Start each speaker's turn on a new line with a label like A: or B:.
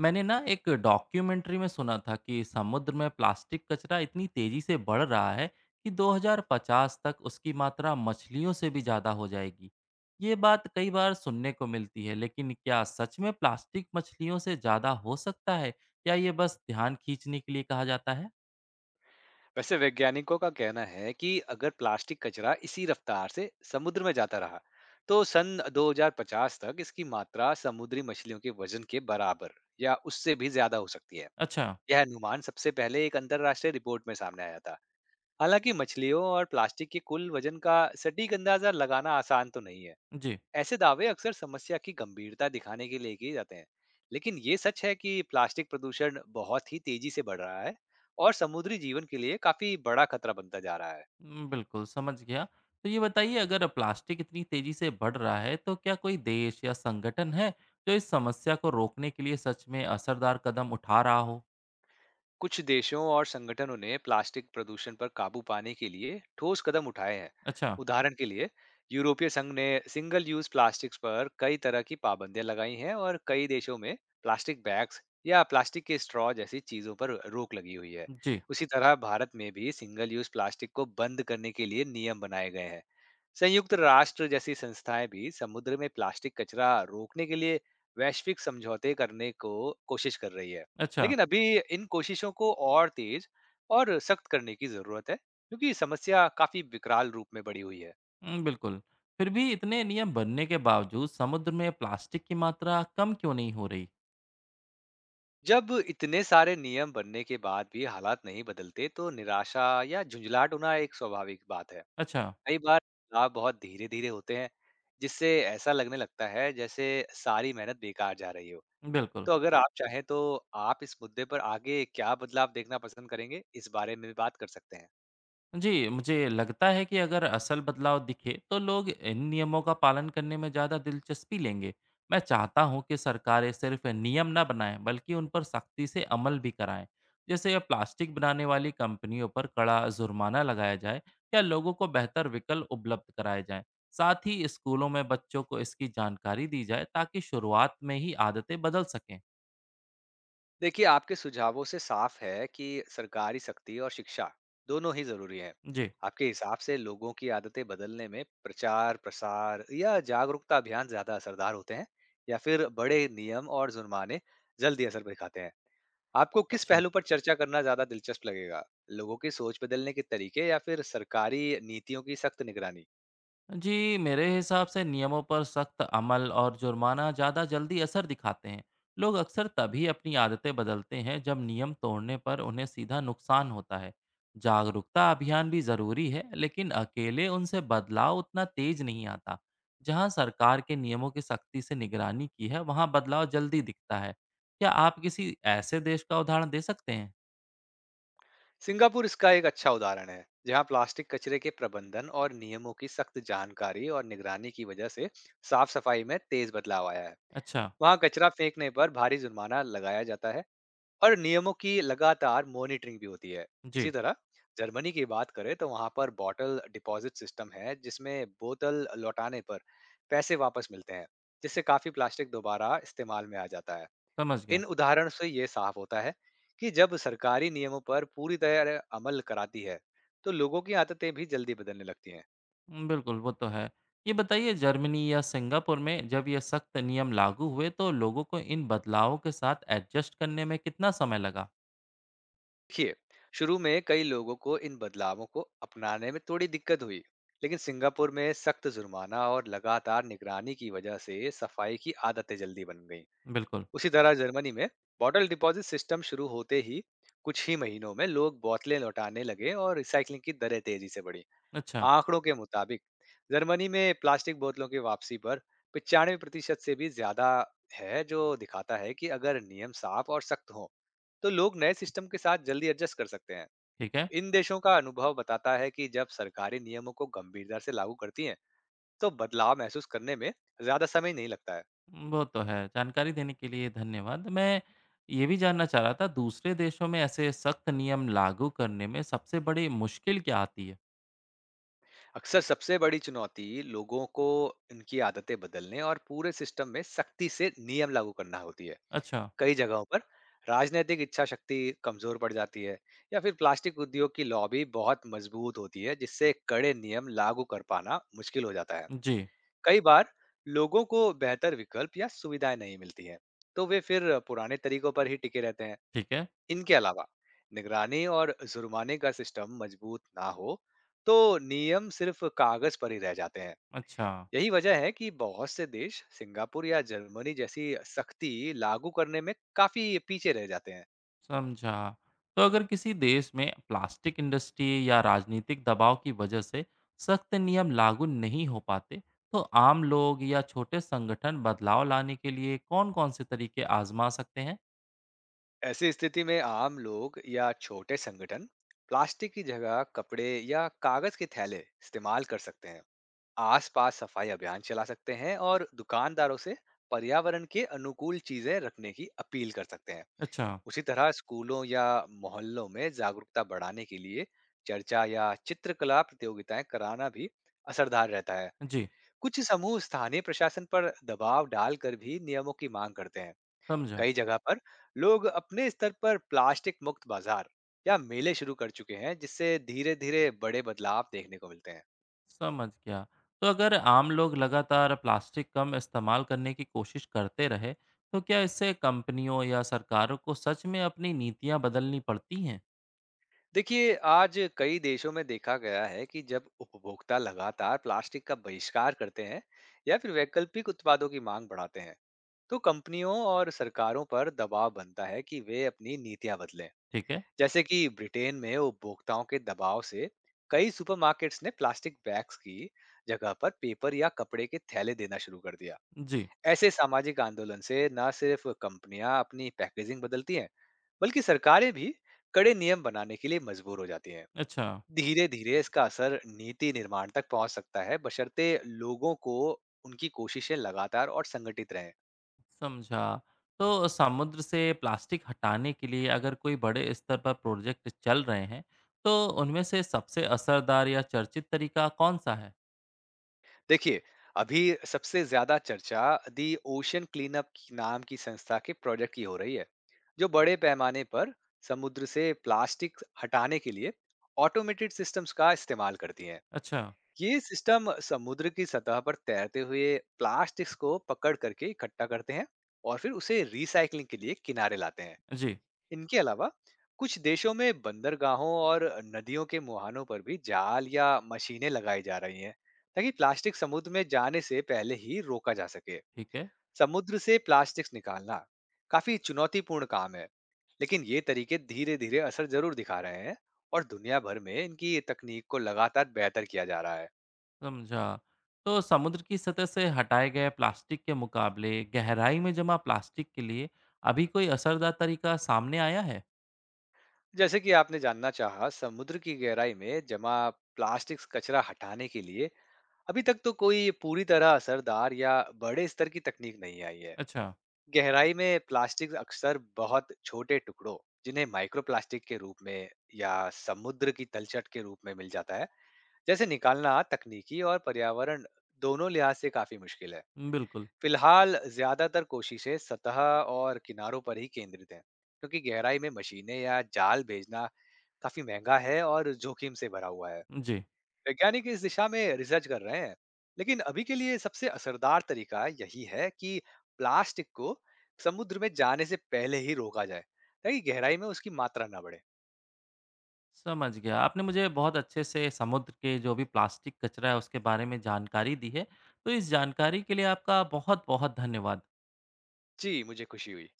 A: मैंने ना एक डॉक्यूमेंट्री में सुना था कि समुद्र में प्लास्टिक कचरा इतनी तेजी से बढ़ रहा है कि 2050 तक उसकी मात्रा मछलियों से भी ज्यादा हो जाएगी। ये बात कई बार सुनने को मिलती है, लेकिन क्या सच में प्लास्टिक मछलियों से ज्यादा हो सकता है? या ये बस ध्यान खींचने के लिए कहा जाता है?
B: वैसे वैज्ञानिकों का कहना है कि अगर प्लास्टिक कचरा इसी रफ्तार से समुद्र में जाता रहा तो सन 2050 तक इसकी मात्रा समुद्री मछलियों के वजन के बराबर या उससे भी ज्यादा हो सकती है।
A: अच्छा,
B: यह अनुमान सबसे पहले एक अंतरराष्ट्रीय रिपोर्ट में सामने आया था। हालांकि मछलियों और प्लास्टिक के कुल वजन का सटीक अंदाजा लगाना आसान तो नहीं है।
A: जी।
B: ऐसे दावे अक्सर समस्या की गंभीरता दिखाने के लिए किए जाते हैं, लेकिन ये सच है कि प्लास्टिक प्रदूषण बहुत ही तेजी से बढ़ रहा है और समुद्री जीवन के लिए काफी बड़ा खतरा बनता जा रहा है।
A: हुँ, बिल्कुल, समझ गया। तो ये बताइए अगर प्लास्टिक इतनी तेज़ी से बढ़ रहा है, तो क्या कोई देश या संगठन है, जो इस समस्या को रोकने के लिए सच में असरदार कदम उठा रहा हो?
B: कुछ देशों और संगठनों ने प्लास्टिक प्रदूषण पर काबू पाने के लिए ठोस कदम उठाए हैं।
A: अच्छा,
B: उदाहरण के लिए, यूरोपीय संघ ने सिंगल यूज प्लास्टिक्स पर कई तरह की पाबंदियां लगाई हैं और कई देशों में प्लास्टिक बैग्स या प्लास्टिक के स्ट्रॉ जैसी चीजों पर रोक लगी हुई है।
A: जी,
B: उसी तरह भारत में भी सिंगल यूज प्लास्टिक को बंद करने के लिए नियम बनाए गए हैं। संयुक्त राष्ट्र जैसी संस्थाएं भी समुद्र में प्लास्टिक कचरा रोकने के लिए वैश्विक समझौते करने को कोशिश कर रही है।
A: अच्छा,
B: लेकिन अभी इन कोशिशों को और तेज और सख्त करने की जरूरत है क्योंकि समस्या काफी विकराल रूप में बढ़ी हुई है।
A: उम, बिल्कुल। फिर भी इतने नियम बनने के बावजूद समुद्र में प्लास्टिक की मात्रा कम क्यों नहीं हो रही?
B: जब इतने सारे नियम बनने के बाद भी हालात नहीं बदलते तो निराशा या झुंझलाहट होना एक स्वाभाविक बात है।
A: अच्छा,
B: कई बार बदलाव बहुत धीरे धीरे होते हैं, जिससे ऐसा लगने लगता है जैसे सारी मेहनत बेकार जा रही हो।
A: बिल्कुल।
B: तो अगर आप चाहें तो आप इस मुद्दे पर आगे क्या बदलाव देखना पसंद करेंगे, इस बारे में भी बात कर सकते हैं।
A: जी, मुझे लगता है कि अगर असल बदलाव दिखे तो लोग इन नियमों का पालन करने में ज़्यादा दिलचस्पी लेंगे। मैं चाहता हूँ कि सरकारें सिर्फ नियम ना बनाएं बल्कि उन पर सख्ती से अमल भी कराएं। जैसे प्लास्टिक बनाने वाली कंपनियों पर कड़ा जुर्माना लगाया जाए या लोगों को बेहतर विकल्प उपलब्ध कराए जाएं। साथ ही स्कूलों में बच्चों को इसकी जानकारी दी जाए ताकि शुरुआत में ही आदतें बदल सकें।
B: देखिए, आपके सुझावों से साफ है कि सरकारी सख्ती और शिक्षा दोनों ही जरूरी है।
A: जी,
B: आपके हिसाब से लोगों की आदतें बदलने में प्रचार प्रसार या जागरूकता अभियान ज्यादा असरदार होते हैं, या फिर बड़े नियम और जुर्माने जल्दी असर दिखाते हैं? आपको किस
A: अच्छा।
B: पहलू पर चर्चा करना ज्यादा दिलचस्प लगेगा, लोगों की सोच बदलने के तरीके या फिर सरकारी नीतियों की सख्त निगरानी?
A: जी मेरे हिसाब से नियमों पर सख्त अमल और जुर्माना ज़्यादा जल्दी असर दिखाते हैं। लोग अक्सर तभी अपनी आदतें बदलते हैं जब नियम तोड़ने पर उन्हें सीधा नुकसान होता है। जागरूकता अभियान भी ज़रूरी है लेकिन अकेले उनसे बदलाव उतना तेज नहीं आता। जहाँ सरकार के नियमों की सख्ती से निगरानी की है वहाँ बदलाव जल्दी दिखता है। क्या आप किसी ऐसे देश का उदाहरण दे सकते हैं?
B: सिंगापुर इसका एक अच्छा उदाहरण है, जहां प्लास्टिक कचरे के प्रबंधन और नियमों की सख्त जानकारी और निगरानी की वजह से साफ सफाई में तेज बदलाव आया है।
A: अच्छा।
B: वहां कचरा फेंकने पर भारी जुर्माना लगाया जाता है और नियमों की लगातार मॉनिटरिंग भी होती है।
A: जी।
B: इसी तरह जर्मनी की बात करें तो वहां पर बॉटल डिपॉजिट सिस्टम है, जिसमें बोतल लौटाने पर पैसे वापस मिलते हैं, जिससे काफी प्लास्टिक दोबारा इस्तेमाल में आ जाता है।
A: समझ गया।
B: इन उदाहरण से ये साफ होता है कि जब सरकारी नियमों पर पूरी तरह अमल कराती है तो लोगों की आदतें भी जल्दी बदलने लगती हैं।
A: उम, बिल्कुल, वो तो है। ये बताइए जर्मनी या सिंगापुर में जब ये सख्त नियम लागू हुए तो लोगों को इन बदलावों के साथ एडजस्ट करने में कितना समय लगा?
B: देखिए, शुरू में कई लोगों को इन बदलावों को अपनाने में थोड़ी दिक्कत हुई, लेकिन सिंगापुर में सख्त जुर्माना और लगातार निगरानी की वजह से सफाई की आदतें जल्दी बन गईं।
A: बिल्कुल,
B: उसी तरह जर्मनी में बॉटल डिपॉजिट सिस्टम शुरू होते ही कुछ ही महीनों में लोग बोतलें लौटाने लगे और रिसाइकलिंग की दरें तेजी से बढ़ी।
A: अच्छा,
B: आंकड़ों के मुताबिक जर्मनी में प्लास्टिक बोतलों की वापसी पर 95% प्रतिशत से भी ज्यादा है, जो दिखाता है कि अगर नियम साफ और सख्त हों तो लोग नए सिस्टम के साथ जल्दी एडजस्ट कर सकते हैं।
A: ठीक है।
B: इन देशों का अनुभव बताता है कि जब सरकारें नियमों को गंभीरता से लागू करती हैं तो बदलाव महसूस करने में ज्यादा समय नहीं लगता है।
A: वो तो है, जानकारी देने के लिए धन्यवाद। मैं ये भी जानना चाह रहा था दूसरे देशों में ऐसे सख्त नियम लागू करने में सबसे बड़ी मुश्किल क्या आती है?
B: अक्सर सबसे बड़ी चुनौती लोगों को उनकी आदतें बदलने और पूरे सिस्टम में सख्ती से नियम लागू करना होती है।
A: अच्छा,
B: कई जगहों पर राजनीतिक इच्छा शक्ति कमजोर पड़ जाती है या फिर प्लास्टिक उद्योग की लॉबी बहुत मजबूत होती है, जिससे कड़े नियम लागू कर पाना मुश्किल हो जाता है।
A: जी,
B: कई बार लोगों को बेहतर विकल्प या सुविधाएं नहीं मिलती हैं तो वे फिर पुराने तरीकों पर ही टिके रहते हैं।
A: ठीक है,
B: इनके अलावा निगरानी और जुर्माने का सिस्टम मजबूत ना हो तो नियम सिर्फ कागज पर ही रह जाते हैं।
A: अच्छा।
B: यही वजह है कि बहुत से देश सिंगापुर या जर्मनी जैसी सख्ती लागू करने में काफी पीछे रह जाते हैं।
A: समझा। तो अगर किसी देश में प्लास्टिक इंडस्ट्री या राजनीतिक दबाव की वजह से सख्त नियम लागू नहीं हो पाते, तो आम लोग या छोटे संगठन बदलाव लाने के लिए कौन-कौन से तरीके आज़मा सकते हैं?
B: ऐसी स्थिति में आम लोग या छोटे संगठन प्लास्टिक की जगह कपड़े या कागज के थैले इस्तेमाल कर सकते हैं, आसपास सफाई अभियान चला सकते हैं और दुकानदारों से पर्यावरण के अनुकूल चीजें रखने की अपील कर सकते हैं।
A: अच्छा,
B: उसी तरह स्कूलों या मोहल्लों में जागरूकता बढ़ाने के लिए चर्चा या चित्रकला प्रतियोगिताएं कराना भी असरदार रहता है।
A: जी,
B: कुछ समूह स्थानीय प्रशासन पर दबाव डालकर भी नियमों की मांग करते हैं।
A: समझा,
B: कई जगह पर लोग अपने स्तर पर प्लास्टिक मुक्त बाजार या मेले शुरू कर चुके हैं, जिससे धीरे धीरे बड़े बदलाव देखने को मिलते हैं।
A: समझ गया। तो अगर आम लोग लगातार प्लास्टिक कम इस्तेमाल करने की कोशिश करते रहे, तो क्या इससे कंपनियों या सरकारों को सच में अपनी नीतियाँ बदलनी पड़ती हैं?
B: देखिए, आज कई देशों में देखा गया है कि जब उपभोक्ता लगातार प्लास्टिक का बहिष्कार करते हैं या फिर वैकल्पिक उत्पादों की मांग बढ़ाते हैं तो कंपनियों और सरकारों पर दबाव बनता है कि वे अपनी नीतियां बदलें।
A: ठीक है,
B: जैसे कि ब्रिटेन में उपभोक्ताओं के दबाव से कई सुपरमार्केट्स ने प्लास्टिक बैग्स की जगह पर पेपर या कपड़े के थैले देना शुरू कर दिया।
A: जी,
B: ऐसे सामाजिक आंदोलन से न सिर्फ कंपनियां अपनी पैकेजिंग बदलती हैं, बल्कि सरकारें भी कड़े नियम बनाने के लिए मजबूर हो जाती हैं।
A: अच्छा।
B: धीरे धीरे इसका असर नीति निर्माण तक पहुंच सकता है, बशर्ते लोगों को उनकी कोशिशें लगातार और संगठित रहें।
A: समझा। तो समुद्र से प्लास्टिक हटाने के लिए अगर कोई बड़े स्तर पर प्रोजेक्ट चल रहे हैं, तो उनमें से सबसे असरदार या चर्चित तरीका कौन-सा है?
B: देखिए, अभी सबसे ज्यादा चर्चा दी ओशन क्लीनअप नाम की संस्था के प्रोजेक्ट की हो रही है, जो बड़े पैमाने पर समुद्र से प्लास्टिक हटाने के लिए ऑटोमेटेड सिस्टम्स का इस्तेमाल करती हैं।
A: अच्छा,
B: ये सिस्टम समुद्र की सतह पर तैरते हुए प्लास्टिक्स को पकड़ करके इकट्ठा करते हैं और फिर उसे रिसाइकलिंग के लिए किनारे लाते हैं।
A: जी,
B: इनके अलावा कुछ देशों में बंदरगाहों और नदियों के मुहानों पर भी जाल या मशीनें लगाई जा रही हैं, ताकि प्लास्टिक समुद्र में जाने से पहले ही रोका जा सके।
A: ठीक है,
B: समुद्र से प्लास्टिक निकालना काफी चुनौतीपूर्ण काम है, लेकिन ये तरीके धीरे धीरे असर जरूर दिखा रहे हैं और दुनिया भर में इनकी ये तकनीक को लगातार बेहतर किया जा रहा है।
A: समझा। तो समुद्र की सतह से हटाए गए प्लास्टिक के मुकाबले गहराई में जमा प्लास्टिक के लिए अभी कोई असरदार तरीका सामने आया है?
B: जैसे कि आपने जानना चाहा, समुद्र की गहराई में जमा प्लास्टिक कचरा हटाने के लिए अभी तक तो कोई पूरी तरह असरदार या बड़े स्तर की तकनीक नहीं आई है।
A: अच्छा,
B: गहराई में प्लास्टिक अक्सर बहुत छोटे टुकड़ों, जिन्हें माइक्रोप्लास्टिक के रूप में या समुद्र की तलछट के रूप में मिल जाता है, जैसे निकालना तकनीकी और पर्यावरण दोनों लिहाज से काफी मुश्किल है।
A: बिल्कुल,
B: फिलहाल ज्यादातर कोशिशें सतह और किनारों पर ही केंद्रित हैं, क्योंकि गहराई में मशीनें या जाल भेजना काफी महंगा है और जोखिम से भरा हुआ है।
A: जी।
B: वैज्ञानिक इस दिशा में रिसर्च कर रहे हैं, लेकिन अभी के लिए सबसे असरदार तरीका यही है कि प्लास्टिक को समुद्र में जाने से पहले ही रोका जाए, ताकि गहराई में उसकी मात्रा ना बढ़े।
A: समझ गया। आपने मुझे बहुत अच्छे से समुद्र के जो भी प्लास्टिक कचरा है उसके बारे में जानकारी दी है। तो इस जानकारी के लिए आपका बहुत-बहुत धन्यवाद।
B: जी, मुझे खुशी हुई।